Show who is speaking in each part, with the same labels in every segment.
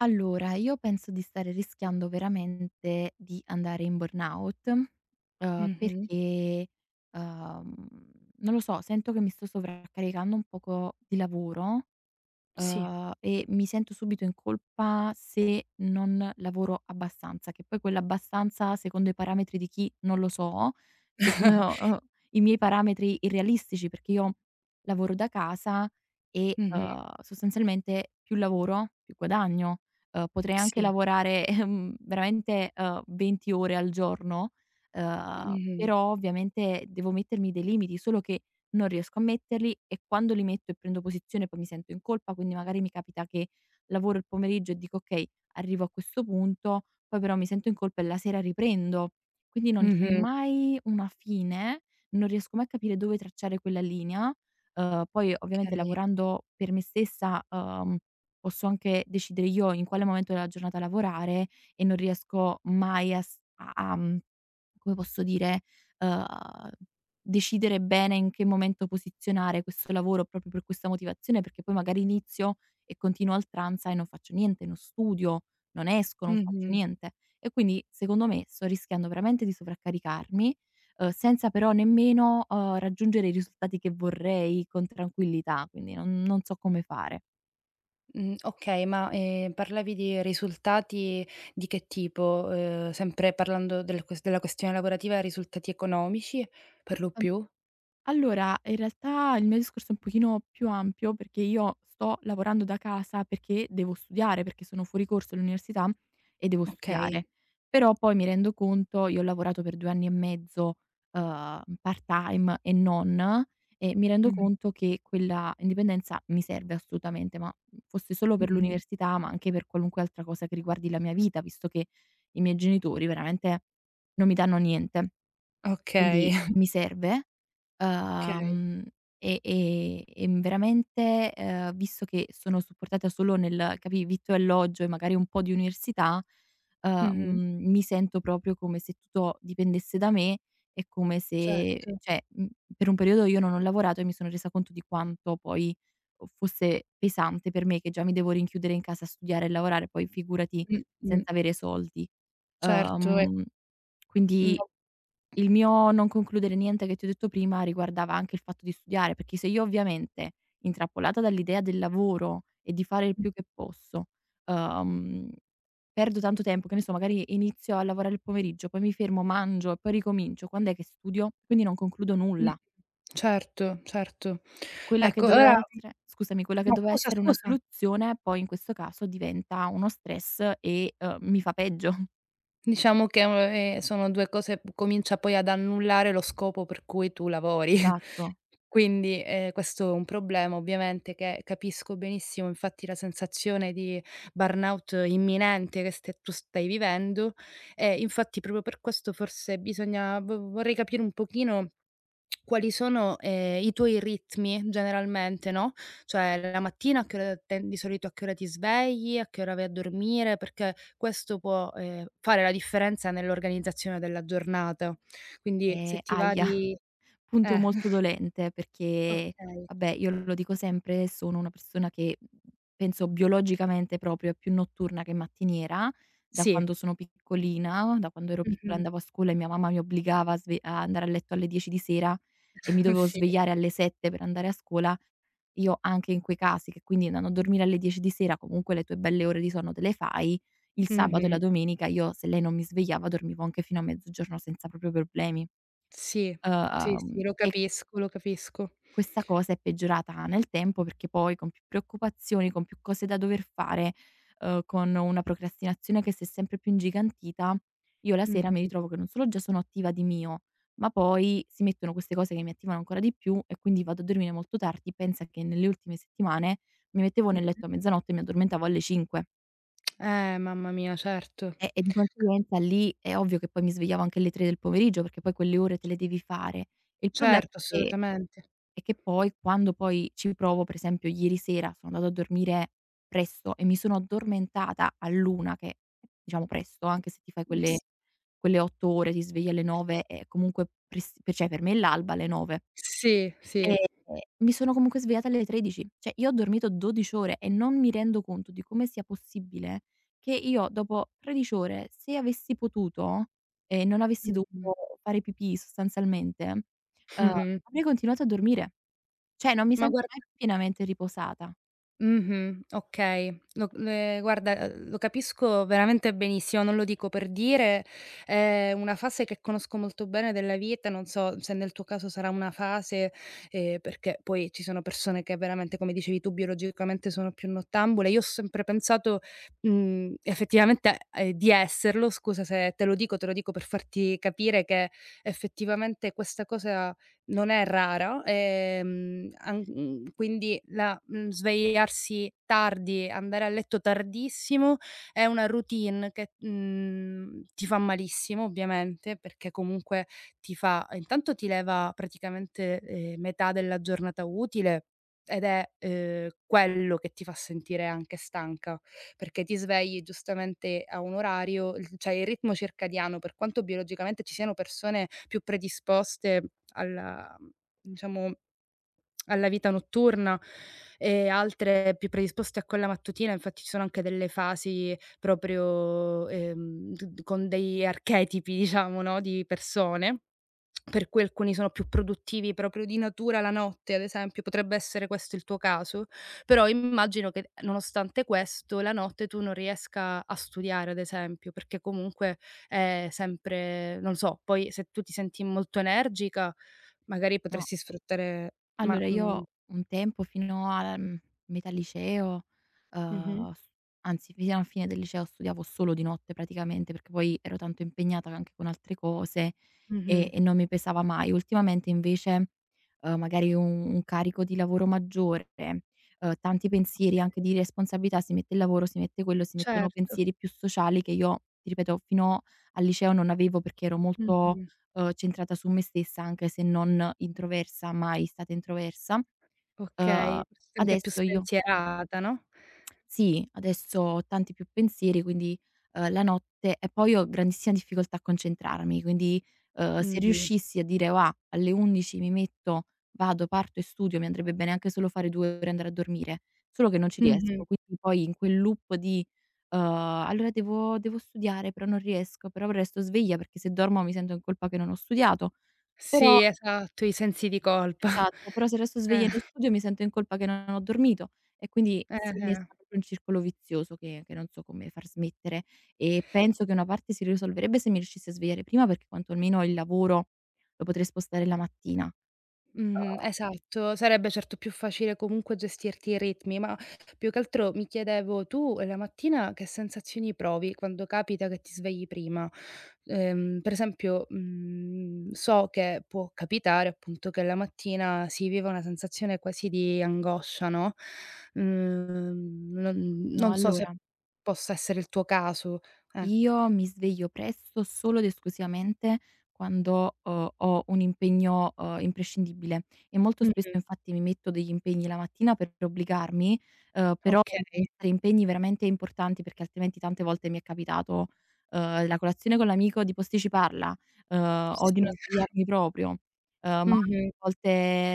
Speaker 1: Allora, io penso di stare rischiando veramente di andare in burnout,
Speaker 2: Mh-mh,
Speaker 1: perché, uhm, non lo so, sento che mi sto sovraccaricando un poco di lavoro.
Speaker 2: sì.
Speaker 1: E mi sento subito in colpa se non lavoro abbastanza, che poi quell'abbastanza secondo i parametri di chi non lo so, secondo, i miei parametri irrealistici, perché io lavoro da casa e,
Speaker 2: Mh-mh,
Speaker 1: sostanzialmente più lavoro più guadagno. Potrei anche
Speaker 2: sì.
Speaker 1: lavorare, veramente, 20 ore al giorno,
Speaker 2: Mh-mh.
Speaker 1: però ovviamente devo mettermi dei limiti, solo che non riesco a metterli e quando li metto e prendo posizione poi mi sento in colpa, quindi magari mi capita che lavoro il pomeriggio e dico: "Okay, arrivo a questo punto", poi però mi sento in colpa e la sera riprendo. Quindi non c'è
Speaker 2: Mh-mh,
Speaker 1: mai una fine, non riesco mai a capire dove tracciare quella linea. Poi ovviamente
Speaker 2: okay.
Speaker 1: lavorando per me stessa, posso anche decidere io in quale momento della giornata lavorare e non riesco mai a s a a mhmm, come posso dire, uhm decidere bene in che momento posizionare questo lavoro proprio per questa motivazione, perché poi magari inizio e continuo a oltranza e non faccio niente, non studio, non esco, non faccio
Speaker 2: Mh-mh.
Speaker 1: niente. E quindi secondo me sto rischiando veramente di sovraccaricarmi, senza però nemmeno, raggiungere i risultati che vorrei con tranquillità, quindi non so come fare.
Speaker 2: Okay, ma, parlavi di risultati di che tipo? Sempre parlando della questione lavorativa, risultati economici per lo
Speaker 1: Uhm
Speaker 2: più?
Speaker 1: Allora, in realtà il mio discorso è un pochino più ampio perché io sto lavorando da casa perché devo studiare, perché sono fuori corso all'università e devo
Speaker 2: Okay.
Speaker 1: studiare. Però poi mi rendo conto, io ho lavorato per 2 anni e mezzo, part-time e non, e mi rendo
Speaker 2: Mh-mh.
Speaker 1: conto che quella indipendenza mi serve assolutamente, ma fosse solo per
Speaker 2: Mh-mh.
Speaker 1: l'università, ma anche per qualunque altra cosa che riguardi la mia vita, visto che i miei genitori veramente non mi danno niente. Quindi
Speaker 2: Okay,
Speaker 1: mi serve,
Speaker 2: okay.
Speaker 1: uhm, e veramente, visto che sono supportata solo nel capì, vitto e alloggio e magari un po' di università,
Speaker 2: Mh-mh.
Speaker 1: uhm, mi sento proprio come se tutto dipendesse da me e come se
Speaker 2: Certo.
Speaker 1: cioè, per un periodo io non ho lavorato e mi sono resa conto di quanto poi o fosse pesante per me, che già mi devo rinchiudere in casa a studiare e lavorare, poi figurati senza
Speaker 2: Mh-mh.
Speaker 1: avere soldi.
Speaker 2: Certo e
Speaker 1: Uhm, quindi
Speaker 2: no,
Speaker 1: il mio non concludere niente che ti ho detto prima riguardava anche il fatto di studiare, perché se io ovviamente, intrappolata dall'idea del lavoro e di fare il
Speaker 2: mh,
Speaker 1: più che posso, uhm, perdo tanto tempo, che ne so, magari inizio a lavorare il pomeriggio, poi mi fermo, mangio e poi ricomincio, quand'è che studio? Quindi non concludo
Speaker 2: mh.
Speaker 1: nulla.
Speaker 2: Certo, certo. Ecco, allora
Speaker 1: Quella che
Speaker 2: no,
Speaker 1: doveva
Speaker 2: scusa,
Speaker 1: essere una
Speaker 2: scusa.
Speaker 1: soluzione poi in questo caso diventa uno stress e, mi fa peggio.
Speaker 2: Diciamo che, sono 2 cose comincia poi ad annullare lo scopo per cui tu lavori.
Speaker 1: Esatto.
Speaker 2: Quindi, questo è un problema ovviamente che capisco benissimo, infatti la sensazione di burnout imminente che ste tu stai vivendo e infatti proprio per questo forse bisogna vo vorrei capire un pochino quali sono, i tuoi ritmi generalmente, no, cioè la mattina a che ora ten di solito a che ora ti svegli, a che ora vai a dormire, perché questo può, fare la differenza nell'organizzazione della giornata. Quindi se
Speaker 1: E,
Speaker 2: ti va
Speaker 1: ahia.
Speaker 2: di
Speaker 1: Punto
Speaker 2: eh,
Speaker 1: molto dolente perché,
Speaker 2: okay.
Speaker 1: vabbè, io lo dico sempre, sono una persona che, penso biologicamente proprio è più notturna che mattiniera, da
Speaker 2: Sì.
Speaker 1: quando sono piccolina, da quando ero piccola
Speaker 2: Mh-mh.
Speaker 1: andavo a scuola e mia mamma mi obbligava a sve a andare a letto alle 10 di sera e mi dovevo
Speaker 2: Sì.
Speaker 1: svegliare alle 7 per andare a scuola. Io anche in quei casi, che quindi andando a dormire alle 10 di sera comunque le tue belle ore di sonno te le fai, il sabato e la
Speaker 2: Mh-mh.
Speaker 1: domenica io se lei non mi svegliava dormivo anche fino a mezzogiorno senza proprio problemi.
Speaker 2: Sì. Sì, sì, lo
Speaker 1: E
Speaker 2: capisco, lo capisco.
Speaker 1: questa cosa è peggiorata nel tempo perché poi con più preoccupazioni, con più cose da dover fare, con una procrastinazione che si è sempre più ingigantita, io la sera mi
Speaker 2: Mh-mh.
Speaker 1: ritrovo che non solo già sono attiva di mio, ma poi si mettono queste cose che mi attivano ancora di più e quindi vado a dormire molto tardi. Pensa che nelle ultime settimane mi mettevo nel
Speaker 2: Mh-mh.
Speaker 1: letto a mezzanotte e mi addormentavo alle 5,
Speaker 2: Mamma mia, certo.
Speaker 1: di conseguenza lì è ovvio che poi mi svegliavo anche alle 3 del pomeriggio perché poi quelle ore te le devi fare. Il problema è
Speaker 2: Certo, assolutamente.
Speaker 1: che poi quando poi ci provo, per esempio ieri sera sono andata a dormire presto e mi sono addormentata all'1, che diciamo presto, anche se ti fai quelle
Speaker 2: S
Speaker 1: quelle 8 ore, ti svegli alle 9 e comunque pres cioè per me è l'alba alle 9.
Speaker 2: sì,
Speaker 1: Ehm,
Speaker 2: sì.
Speaker 1: Mi sono comunque svegliata alle 13. Cioè io ho dormito 12 ore e non mi rendo conto di come sia possibile che io dopo 13 ore, se avessi potuto e non avessi
Speaker 2: Mh-mh.
Speaker 1: dovuto fare pipì sostanzialmente,
Speaker 2: Mh-mh.
Speaker 1: avrei continuato a dormire. Cioè non mi
Speaker 2: Ma
Speaker 1: sento
Speaker 2: guard
Speaker 1: mai pienamente riposata,
Speaker 2: Mh-mh, okay. Lo Guarda, lo capisco veramente benissimo, non lo dico per dire. È una fase che conosco molto bene della vita, non so se nel tuo caso sarà una fase, perché poi ci sono persone che veramente, come dicevi tu, biologicamente sono più nottambule. Io ho sempre pensato, effettivamente, di esserlo. Scusa se te lo dico, te lo dico per farti capire che effettivamente questa cosa non è rara, quindi svegliarsi tardi, andare a letto tardissimo è una routine che, ti fa malissimo ovviamente, perché comunque ti fa intanto ti leva praticamente, metà della giornata utile ed è, quello che ti fa sentire anche stanca perché ti svegli giustamente a un orario, il cioè il ritmo circadiano, per quanto biologicamente ci siano persone più predisposte alla diciamo alla vita notturna e altre più predisposte a quella mattutina, infatti ci sono anche delle fasi proprio, d d con degli archetipi diciamo, no, di persone. Per cui alcuni sono più produttivi proprio di natura la notte, ad esempio, potrebbe essere questo il tuo caso? Però immagino che nonostante questo la notte tu non riesca a studiare, ad esempio, perché comunque è sempre non so, poi se tu ti senti molto energica magari
Speaker 1: no.
Speaker 2: potresti sfruttare ma
Speaker 1: Allora
Speaker 2: mhmm,
Speaker 1: io un tempo fino alla metà liceo,
Speaker 2: mh-mh,
Speaker 1: s anzi fino alla fine del liceo studiavo solo di notte praticamente, perché poi ero tanto impegnata anche con altre cose
Speaker 2: mh-mh,
Speaker 1: e non mi pesava mai. Ultimamente invece, magari un carico di lavoro maggiore, tanti pensieri anche di
Speaker 2: okay,
Speaker 1: responsabilità, si mette il lavoro, si mette quello, si mettono
Speaker 2: certo,
Speaker 1: pensieri più sociali che io, ti ripeto, fino al liceo non avevo perché ero molto
Speaker 2: mh-mh,
Speaker 1: centrata su me stessa, anche se non introversa, mai stata introversa. Uhm,
Speaker 2: okay, forse anche più
Speaker 1: Adesso io
Speaker 2: spensierata, no?
Speaker 1: sì, adesso ho tanti più pensieri, quindi, la notte e poi ho grandissima difficoltà a concentrarmi, quindi, se
Speaker 2: Mh-mh,
Speaker 1: riuscissi a dire: "Va, alle 11 mi metto, vado, parto e studio", mi andrebbe bene anche solo fare 2 ore e andare a dormire, solo che non ci
Speaker 2: mh-mh.
Speaker 1: riesco. Quindi poi in quel loop di, "Allora devo studiare, però non riesco, però resto sveglia perché se dormo mi sento in colpa che non ho studiato, però".
Speaker 2: Sì, esatto, i sensi di colpa.
Speaker 1: Esatto, però se resto
Speaker 2: Eh,
Speaker 1: sveglia e non studio mi sento in colpa che non ho dormito e quindi si
Speaker 2: eh-eh.
Speaker 1: innesca proprio un circolo vizioso che non so come far smettere. E penso che una parte si risolverebbe se mi riuscissi a svegliare prima perché quantomeno il lavoro lo potrei spostare la mattina.
Speaker 2: Mh-mh, esatto. Sarebbe certo più facile comunque gestirti i ritmi, ma più che altro mi chiedevo tu la mattina che sensazioni provi quando capita che ti svegli prima? Per esempio, so che può capitare appunto che la mattina si viva una sensazione quasi di angoscia, no, non
Speaker 1: No,
Speaker 2: non so se
Speaker 1: all'ora.
Speaker 2: possa essere il tuo caso. Eh.
Speaker 1: Io mi sveglio presto solo ed esclusivamente quando, ho un impegno, imprescindibile, e molto spesso
Speaker 2: Mh-mh,
Speaker 1: infatti mi metto degli impegni la mattina per obbligarmi, però
Speaker 2: okay.
Speaker 1: devono essere impegni veramente importanti perché altrimenti tante volte mi è capitato, la colazione con l'amico di posticiparla, o di
Speaker 2: Sì.
Speaker 1: non svegliarmi proprio, ma a
Speaker 2: Mh-mh.
Speaker 1: volte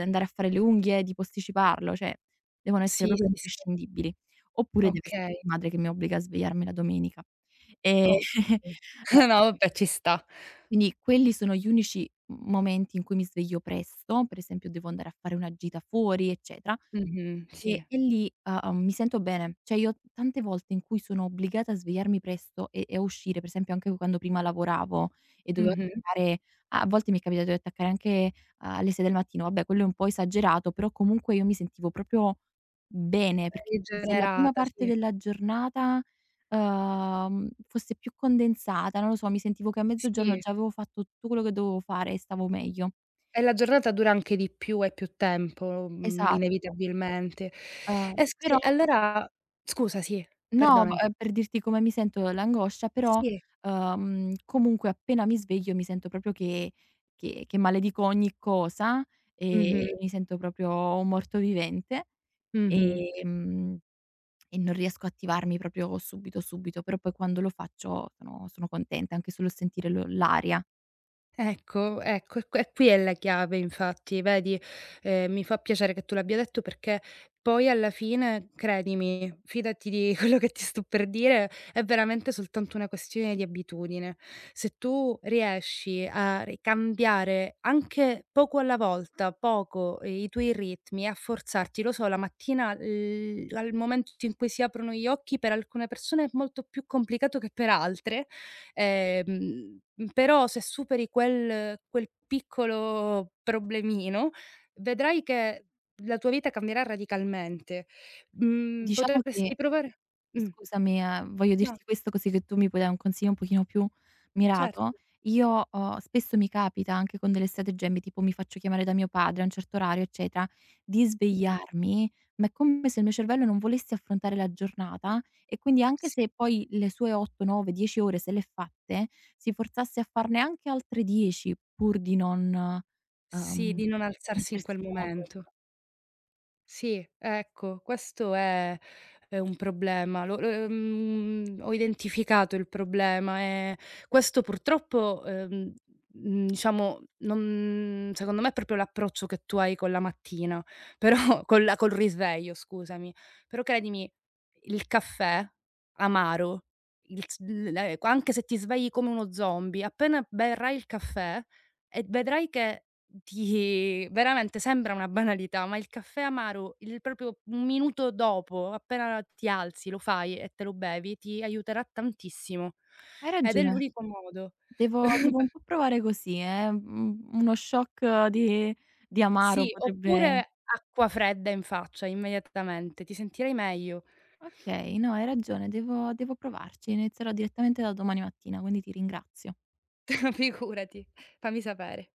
Speaker 1: andare a fare le unghie, di posticiparlo, cioè devono essere
Speaker 2: Sì,
Speaker 1: proprio
Speaker 2: sì, sì.
Speaker 1: imprescindibili. Oppure deve essere
Speaker 2: Okay,
Speaker 1: mia madre che mi obbliga a svegliarmi la domenica. Ehm,
Speaker 2: okay. No vabbè, ci sta.
Speaker 1: quindi quelli sono gli unici m momenti in cui mi sveglio presto, per esempio devo andare a fare una gita fuori, eccetera.
Speaker 2: Mh-mh, sì.
Speaker 1: E lì, mi sento bene. Cioè io tante volte in cui sono obbligata a svegliarmi presto e a uscire, per esempio anche quando prima lavoravo e dovevo
Speaker 2: Mh-mh.
Speaker 1: attaccare, a volte mi è capitato di attaccare anche ah, alle 6 del mattino, vabbè quello è un po' esagerato, però comunque io mi sentivo proprio bene, perché se la prima
Speaker 2: Rigenerata,
Speaker 1: parte
Speaker 2: sì.
Speaker 1: della giornata, fosse più condensata, non lo so, mi sentivo che a mezzogiorno
Speaker 2: Sì.
Speaker 1: già avevo fatto tutto quello che dovevo fare e stavo meglio.
Speaker 2: E la giornata dura anche di più, hai più tempo,
Speaker 1: Esatto,
Speaker 2: inevitabilmente. E
Speaker 1: però
Speaker 2: scusi, allora scusa, sì,
Speaker 1: No, v
Speaker 2: perdonami.
Speaker 1: per dirti come mi sento l'angoscia, però,
Speaker 2: Sì.
Speaker 1: comunque appena mi sveglio mi sento proprio che maledico ogni cosa,
Speaker 2: Mh-mh.
Speaker 1: mi sento proprio un mortovivente,
Speaker 2: Mh-mh.
Speaker 1: ehm, e mm, e non riesco a attivarmi proprio subito, subito, però poi quando lo faccio sono contenta anche solo a sentire lo l'aria.
Speaker 2: Ecco, ecco, e qui è la chiave infatti, vedi, mi fa piacere che tu l'abbia detto perché poi alla fine, credimi, fidati di quello che ti sto per dire, è veramente soltanto una questione di abitudine. Se tu riesci a ri cambiare anche poco alla volta, poco, i tuoi ritmi, a forzarti, lo so, la mattina, l al momento in cui si aprono gli occhi per alcune persone è molto più complicato che per altre. Però se superi quel piccolo problemino, vedrai che la tua vita cambierà radicalmente.
Speaker 1: Diciamo che
Speaker 2: Potresti provare mh,
Speaker 1: scusami, voglio
Speaker 2: no,
Speaker 1: dirti questo così che tu mi puoi dare un consiglio un pochino più mirato.
Speaker 2: certo.
Speaker 1: Io, spesso mi capita anche con delle stratagemme, tipo mi faccio chiamare da mio padre a un certo orario, eccetera, di
Speaker 2: Mh-mh.
Speaker 1: svegliarmi, ma è come se il mio cervello non volesse affrontare la giornata e quindi anche
Speaker 2: Sì,
Speaker 1: se poi le sue 8, 9, 10 ore se le è fatte, si forzasse a farne anche altre 10 pur di non,
Speaker 2: sì,
Speaker 1: uhm,
Speaker 2: di non alzarsi in quel
Speaker 1: mettersi in moto,
Speaker 2: momento.
Speaker 1: ecco.
Speaker 2: Sì, ecco, questo è un problema. Ho identificato il problema e questo purtroppo, diciamo non secondo me è proprio l'approccio che tu hai con la mattina, però con la col risveglio scusami, però credimi, il caffè amaro, il s l anche se ti svegli come uno zombie, appena berrai il caffè e vedrai che di veramente sembra una banalità, ma il caffè amaro, il proprio 1 minuto dopo, appena ti alzi, lo fai e te lo bevi, ti aiuterà tantissimo.
Speaker 1: Hai
Speaker 2: Ed è
Speaker 1: ragione.
Speaker 2: l'unico modo.
Speaker 1: Devo un po' provare così, uno shock di amaro
Speaker 2: Sì,
Speaker 1: potrebbe.
Speaker 2: oppure acqua fredda in faccia immediatamente, ti sentirai meglio.
Speaker 1: Okay, no hai ragione, devo provarci, inizierò direttamente da domani mattina, quindi ti ringrazio.
Speaker 2: Figurati, fammi sapere.